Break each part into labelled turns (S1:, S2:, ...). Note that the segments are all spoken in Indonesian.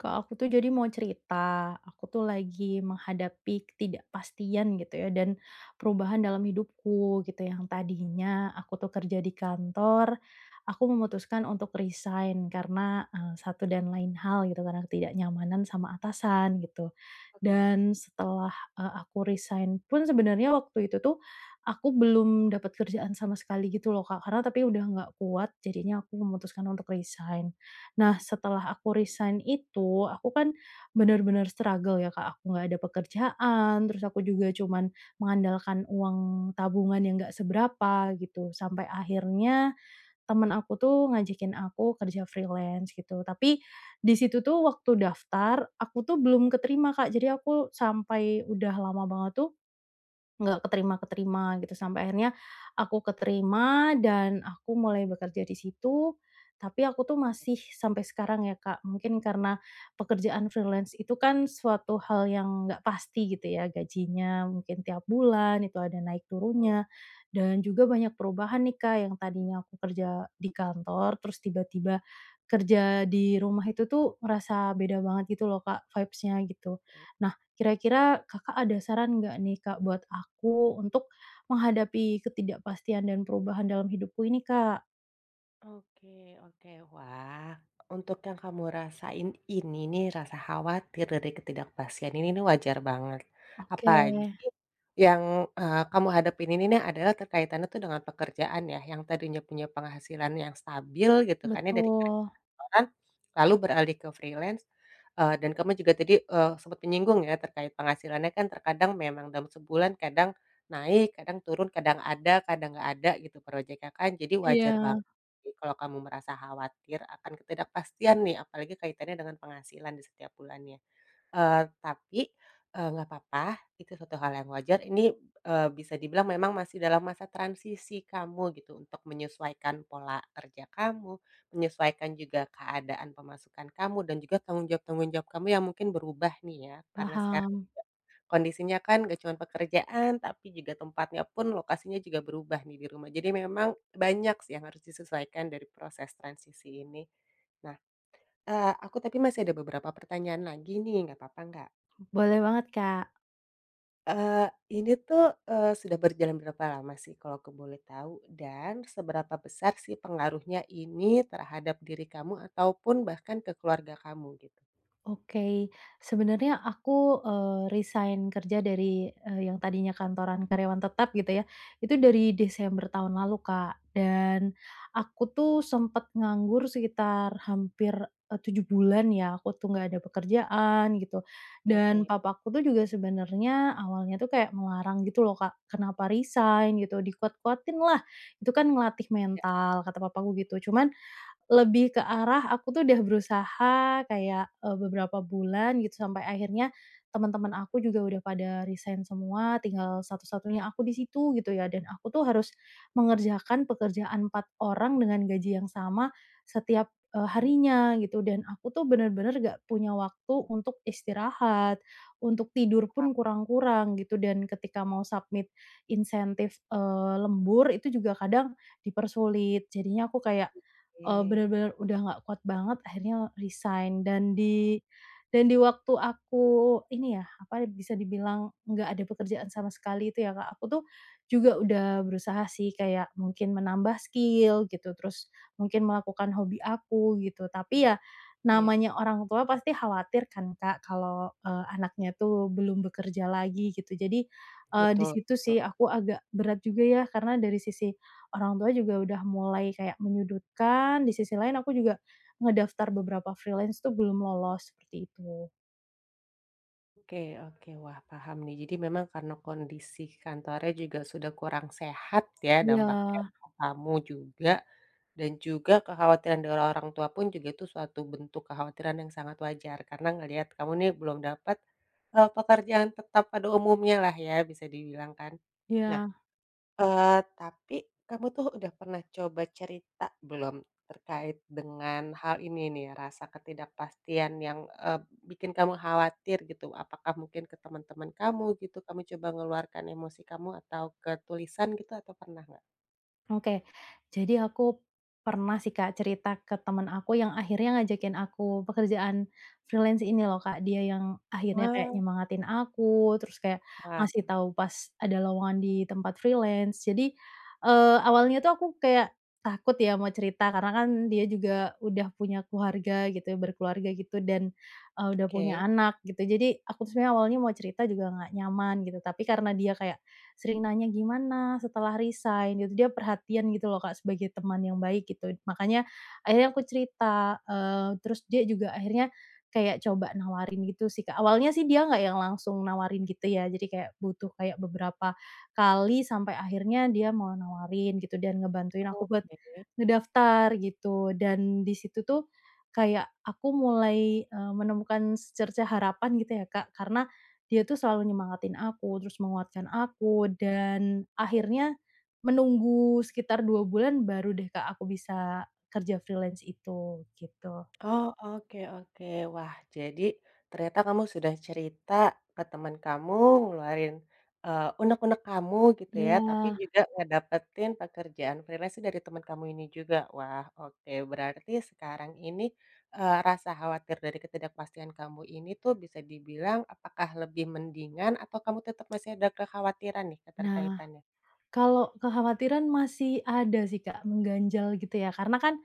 S1: Kak, aku tuh jadi mau cerita, aku tuh lagi menghadapi ketidakpastian gitu ya dan perubahan dalam hidupku gitu. Yang tadinya aku tuh kerja di kantor, aku memutuskan untuk resign karena, satu dan lain hal gitu, karena ketidaknyamanan sama atasan gitu.
S2: Oke oke
S1: Dan setelah, aku resign pun sebenarnya waktu itu tuh aku belum dapat kerjaan sama sekali gitu loh, Kak, karena tapi udah nggak kuat jadinya aku memutuskan untuk resign. Nah, setelah aku resign itu, aku kan bener-bener struggle ya, Kak, aku nggak ada pekerjaan, terus aku juga cuman mengandalkan uang tabungan yang nggak seberapa gitu, sampai akhirnya temen aku tuh ngajakin aku kerja freelance gitu. Tapi di situ tuh waktu daftar, aku tuh belum keterima, Kak, jadi aku sampai udah lama banget tuh nggak keterima-keterima gitu, sampai akhirnya aku keterima dan aku mulai bekerja di situ, tapi aku tuh masih sampai sekarang ya, Kak, mungkin karena pekerjaan freelance itu kan suatu hal yang nggak pasti gitu ya, gajinya mungkin tiap bulan itu ada naik turunnya,
S2: oke.
S1: dan juga banyak perubahan nih, Kak, yang tadinya aku kerja di kantor, terus tiba-tiba kerja di rumah itu tuh ngerasa beda banget gitu loh, Kak, vibes-nya gitu. Nah, kira-kira Kakak ada saran nggak nih, Kak, buat aku untuk menghadapi ketidakpastian dan perubahan dalam hidupku ini, Kak?
S2: Oke oke. Wah, untuk yang kamu rasain ini nih, rasa khawatir dari ketidakpastian ini nih wajar banget.
S1: Oke,
S2: Apalagi yang kamu hadapin ini nih adalah terkaitannya tuh dengan pekerjaan ya, yang tadinya punya penghasilan yang stabil gitu kan ya dari kerja
S1: betul.
S2: kantoran, lalu beralih ke freelance, dan kamu juga tadi, sempat menyinggung ya terkait penghasilannya kan terkadang memang dalam sebulan kadang naik, kadang turun, kadang ada, kadang nggak ada gitu proyeknya kan, jadi
S1: Iya,
S2: wajar banget jadi kalau kamu merasa khawatir akan ketidakpastian nih, apalagi kaitannya dengan penghasilan di setiap bulannya. Tapi, nggak apa-apa, itu suatu hal yang wajar. Ini, bisa dibilang memang masih dalam masa transisi kamu gitu, untuk menyesuaikan pola kerja kamu, menyesuaikan juga keadaan pemasukan kamu, dan juga tanggung jawab-tanggung jawab kamu yang mungkin berubah nih ya, karena sekarang
S1: paham.
S2: kondisinya kan gak cuma pekerjaan, tapi juga tempatnya pun lokasinya juga berubah nih di rumah. Jadi memang banyak sih yang harus disesuaikan dari proses transisi ini. Nah, aku tapi masih ada beberapa pertanyaan lagi nih, nggak apa-apa nggak?
S1: Boleh banget, Kak.
S2: Eee, ini tuh, sudah berjalan berapa lama sih kalau aku boleh tahu? Dan seberapa besar sih pengaruhnya ini terhadap diri kamu ataupun bahkan ke keluarga kamu gitu?
S1: Oke, sebenarnya aku, resign kerja dari, yang tadinya kantoran karyawan tetap gitu ya, itu dari Desember tahun lalu, Kak. Dan aku tuh sempat nganggur sekitar hampir, 7 bulan ya, aku tuh nggak ada pekerjaan gitu.
S2: Oke.
S1: Dan papaku tuh juga sebenarnya awalnya tuh kayak melarang gitu loh, Kak, "Kenapa resign?" gitu, "Dikuat-kuatin lah, itu kan ngelatih
S2: Ya,
S1: mental," kata papaku gitu. Cuman lebih ke arah aku tuh udah berusaha kayak, beberapa bulan gitu sampai akhirnya teman-teman aku juga udah pada resign semua, tinggal satu-satunya aku di situ gitu ya, dan aku tuh harus mengerjakan pekerjaan 4 orang dengan gaji yang sama setiap,
S2: oke.
S1: harinya gitu dan aku tuh bener-bener gak punya waktu untuk istirahat, untuk tidur pun kurang-kurang gitu dan ketika mau submit insentif, lembur itu juga kadang dipersulit. Jadinya aku kayak bener-bener udah nggak kuat banget akhirnya resign dan di waktu aku ini ya, apa, bisa dibilang nggak ada pekerjaan sama sekali itu ya, Kak, aku tuh juga udah berusaha sih kayak mungkin menambah skill gitu, terus mungkin melakukan hobi aku gitu. Tapi ya
S2: Iya,
S1: namanya orang tua pasti khawatir kan, Kak, kalau, anaknya tuh belum bekerja lagi gitu. Jadi, di
S2: betul
S1: situ sih
S2: betul.
S1: aku agak berat juga ya karena dari sisi orang tua juga udah mulai kayak menyudutkan, di sisi lain aku juga ngedaftar beberapa freelance tuh belum lolos, seperti itu.
S2: Oke oke. Wah, paham nih. Jadi memang karena kondisi kantornya juga sudah kurang sehat ya
S1: Iya
S2: dampaknya untuk kamu juga, dan juga kekhawatiran dari orang tua pun juga itu suatu bentuk kekhawatiran yang sangat wajar karena ngelihat kamu nih belum dapat, pekerjaan tetap pada umumnya lah ya bisa dibilang kan. Nah
S1: iya.
S2: Tapi kamu tuh udah pernah coba cerita belum terkait dengan hal ini nih, rasa ketidakpastian yang, eee, bikin kamu khawatir gitu? Apakah mungkin ke teman-teman kamu gitu, kamu coba ngeluarkan emosi kamu atau ke tulisan gitu atau pernah nggak?
S1: Oke. Jadi aku pernah sih Kak cerita ke teman aku yang akhirnya ngajakin aku pekerjaan freelance ini loh Kak. Dia yang akhirnya kayak
S2: Wah.
S1: nyemangatin aku, terus kayak
S2: Wah,
S1: ngasih tahu pas ada lowongan di tempat freelance. Jadi, awalnya tuh aku kayak takut ya mau cerita karena kan dia juga udah punya keluarga gitu ya, berkeluarga gitu dan, udah punya
S2: oke.
S1: anak gitu. Jadi aku tuh sebenarnya awalnya mau cerita juga nggak nyaman gitu, tapi karena dia kayak sering nanya gimana setelah resign gitu, dia perhatian gitu loh Kak sebagai teman yang baik gitu. Makanya akhirnya aku cerita, terus dia juga akhirnya kayak coba nawarin gitu sih Kak. Awalnya sih dia nggak yang langsung nawarin gitu ya, jadi kayak butuh kayak beberapa kali sampai akhirnya dia mau nawarin gitu dan ngebantuin aku buat
S2: Oke.
S1: ngedaftar gitu. Dan di situ tuh kayak aku mulai, menemukan secerca harapan gitu ya Kak, karena dia tuh selalu nyemangatin aku, terus menguatkan aku, dan akhirnya menunggu sekitar 2 bulan baru deh Kak aku bisa kerja freelance itu, gitu.
S2: Oh, oke oke. Wah, jadi ternyata kamu sudah cerita ke teman kamu ngeluarin, unek-unek kamu gitu ya, tapi
S1: Iya.
S2: juga ngedapetin pekerjaan freelance dari teman kamu ini juga. Wah, oke. Berarti sekarang ini, rasa khawatir dari ketidakpastian kamu ini tuh bisa dibilang apakah lebih mendingan atau kamu tetap masih ada kekhawatiran nih
S1: Nah,
S2: keterkaitannya?
S1: kalau kekhawatiran masih ada sih, Kak, mengganjal gitu ya, karena kan,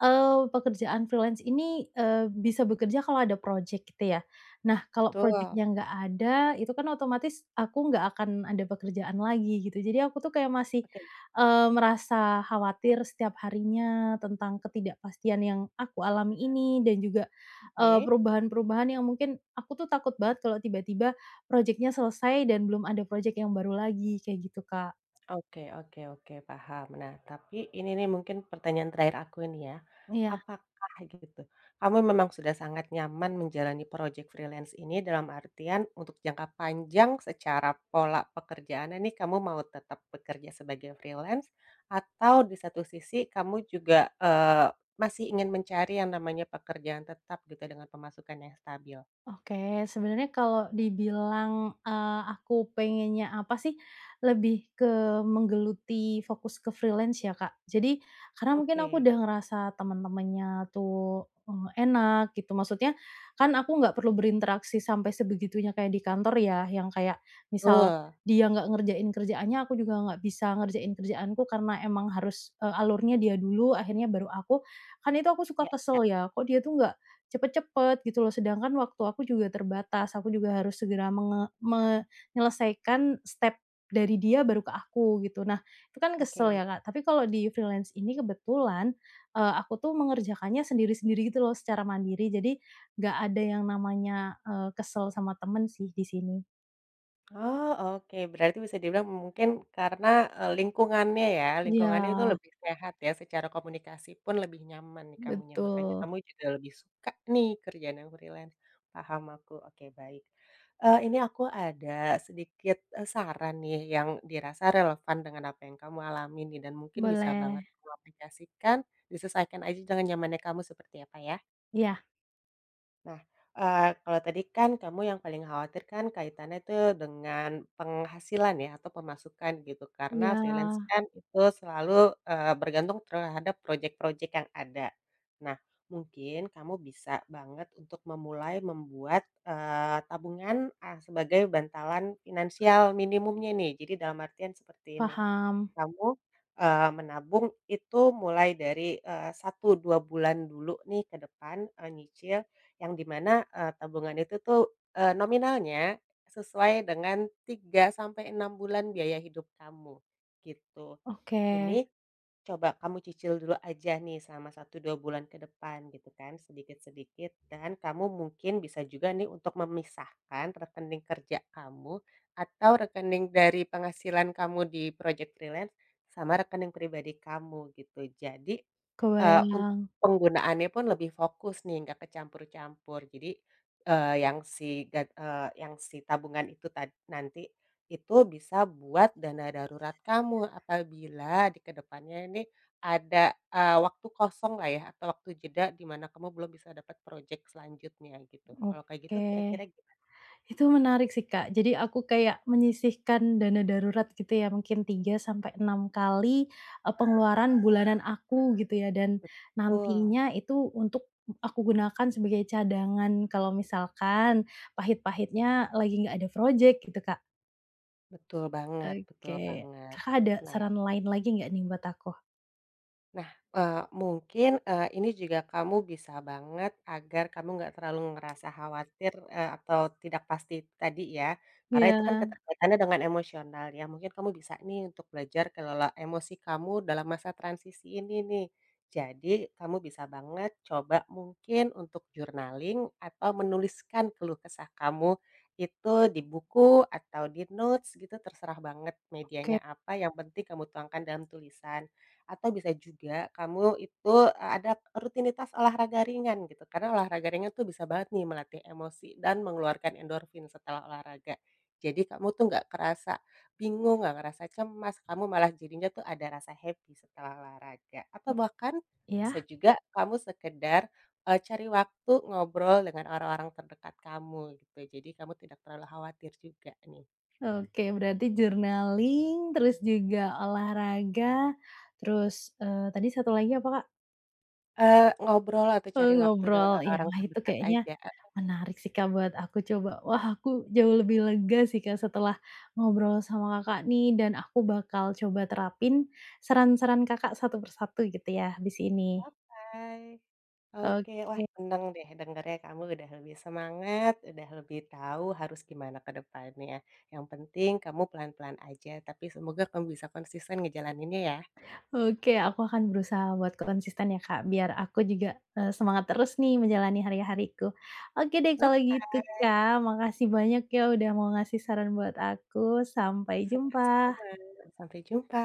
S1: pekerjaan freelance ini, bisa bekerja kalau ada project gitu ya. Nah, kalau project
S2: Betul.
S1: nggak ada, itu kan otomatis aku nggak akan ada pekerjaan lagi gitu. Jadi aku tuh kayak masih,
S2: Oke
S1: merasa khawatir setiap harinya tentang ketidakpastian yang aku alami ini dan juga,
S2: oke.
S1: perubahan-perubahan yang mungkin aku tuh takut banget kalau tiba-tiba project selesai dan belum ada project yang baru lagi, kayak gitu, Kak.
S2: Oke oke oke, paham. Nah, tapi ini nih mungkin pertanyaan terakhir aku ini ya,
S1: Iya,
S2: apakah gitu, kamu memang sudah sangat nyaman menjalani project freelance ini dalam artian untuk jangka panjang secara pola pekerjaan? Nih kamu mau tetap bekerja sebagai freelance atau di satu sisi kamu juga, eee, masih ingin mencari yang namanya pekerjaan tetap gitu dengan pemasukan yang stabil?
S1: oke. Sebenarnya kalau dibilang, aku pengennya apa sih, lebih ke menggeluti fokus ke freelance ya, Kak. Jadi, karena mungkin aku
S2: Oke,
S1: udah ngerasa teman-temannya tuh, enak gitu, maksudnya kan aku nggak perlu berinteraksi sampai sebegitunya kayak di kantor ya, yang kayak misal
S2: betul,
S1: dia nggak ngerjain kerjaannya, aku juga nggak bisa ngerjain kerjaanku karena emang harus, alurnya dia dulu, akhirnya baru aku. Kan itu aku suka
S2: ya ya,
S1: kesel ya, kok dia tuh nggak cepet-cepet gitu loh. Sedangkan waktu aku juga terbatas, aku juga harus segera menyelesaikan step dari dia baru ke aku gitu. Nah, itu kan kesel ya,
S2: oke.
S1: Kak. Tapi kalau di freelance ini kebetulan, aku tuh mengerjakannya sendiri-sendiri gitu loh secara mandiri. Jadi nggak ada yang namanya, kesel sama temen sih di sini.
S2: Oh, oke. Berarti bisa dibilang mungkin karena, lingkungannya ya, lingkungannya itu
S1: Ya,
S2: lebih sehat ya, secara komunikasi pun lebih nyaman nih kamunya, makanya
S1: betul.
S2: kamu juga lebih suka nih kerjaan yang freelance. Paham aku, oke baik. Ini aku ada sedikit, saran nih yang dirasa relevan dengan apa yang kamu alami nih dan mungkin bisa banget
S1: Boleh.
S2: kamu aplikasikan, disesuaikan aja dengan nyamannya kamu seperti apa ya.
S1: Iya
S2: Nah, kalau tadi kan kamu yang paling khawatir kan kaitannya itu dengan penghasilan ya atau pemasukan gitu karena
S1: iya,
S2: freelance kan itu selalu, bergantung terhadap project-project yang ada. Nah, mungkin kamu bisa banget untuk memulai membuat, tabungan, sebagai bantalan finansial minimumnya nih. Jadi dalam artian seperti ini,
S1: paham.
S2: kamu, menabung itu mulai dari, 1, 2 bulan dulu nih ke depan, nyicil yang dimana mana, tabungan itu tuh, nominalnya sesuai dengan 3 sampai 6 bulan biaya hidup kamu, gitu.
S1: Oke,
S2: Ini coba kamu cicil dulu aja nih sama 1 2 bulan ke depan gitu kan, sedikit-sedikit dan kamu mungkin bisa juga nih untuk memisahkan rekening kerja kamu atau rekening dari penghasilan kamu di project freelance sama rekening pribadi kamu gitu. Jadi untuk
S1: kebayang.
S2: penggunaannya pun lebih fokus nih, nggak kecampur-campur. Jadi, eee, yang si gad eee, yang si tabungan itu tad nanti, itu bisa buat dana darurat kamu apabila di ke depannya ini ada, waktu kosonglah ya atau waktu jeda di mana kamu belum bisa dapat projek selanjutnya gitu. Kalau kayak gitu
S1: Oke.
S2: kira-kira gimana?
S1: Itu menarik sih, Kak. Jadi aku kayak menyisihkan dana darurat gitu ya, mungkin 3 sampai 6 kali, pengeluaran bulanan aku gitu ya, dan
S2: Betul,
S1: nantinya itu untuk aku gunakan sebagai cadangan kalau misalkan pahit-pahitnya lagi nggak ada project gitu, Kak.
S2: betul banget betul
S1: Oke.
S2: banget.
S1: Kakak ada
S2: Nah
S1: saran lain lagi nggak nih buat aku?
S2: Nah, eee, Mungkin, ini juga kamu bisa banget agar kamu nggak terlalu ngerasa khawatir, atau tidak pasti tadi ya, karena
S1: Iya,
S2: itu kan keterkaitannya dengan emosional ya. Mungkin kamu bisa nih untuk belajar kelola emosi kamu dalam masa transisi ini nih. Jadi kamu bisa banget coba mungkin untuk journaling atau menuliskan keluh kesah kamu itu di buku atau di notes gitu terserah banget medianya
S1: oke.
S2: apa, yang penting kamu tuangkan dalam tulisan. Atau bisa juga kamu itu, ada rutinitas olahraga ringan gitu, karena olahraga ringan tuh bisa banget nih melatih emosi dan mengeluarkan endorfin setelah olahraga. Jadi kamu tuh nggak kerasa bingung, nggak ngerasa cemas, kamu malah jadinya tuh ada rasa happy setelah olahraga. Atau bahkan bisa
S1: Ya.
S2: juga kamu sekedar, cari waktu ngobrol dengan orang-orang terdekat kamu gitu, jadi kamu tidak terlalu khawatir juga nih.
S1: Oke, berarti journaling, terus juga olahraga, terus, tadi satu lagi apa, Kak?
S2: Ngobrol atau cari waktu dengan
S1: Ngobrol, ya
S2: orang-orang
S1: wah itu
S2: terdekat
S1: kayaknya
S2: aja.
S1: menarik sih Kak buat aku coba. Wah aku jauh lebih lega sih Kak setelah ngobrol sama Kakak nih dan aku bakal coba terapin saran-saran Kakak satu persatu gitu ya habis ini.
S2: Bye. Oke, wah
S1: Oke
S2: seneng deh dengernya kamu udah lebih semangat, udah lebih tahu harus gimana ke depannya. Yang penting kamu pelan-pelan aja, tapi semoga kamu bisa konsisten ngejalaninnya ya.
S1: oke aku akan berusaha buat konsisten ya Kak biar aku juga, semangat terus nih menjalani hari-hariku. Oke deh kalau gitu
S2: Oke,
S1: Kak, makasih banyak ya udah mau ngasih saran buat aku, sampai
S2: sama-sama.
S1: jumpa.
S2: Sampai jumpa.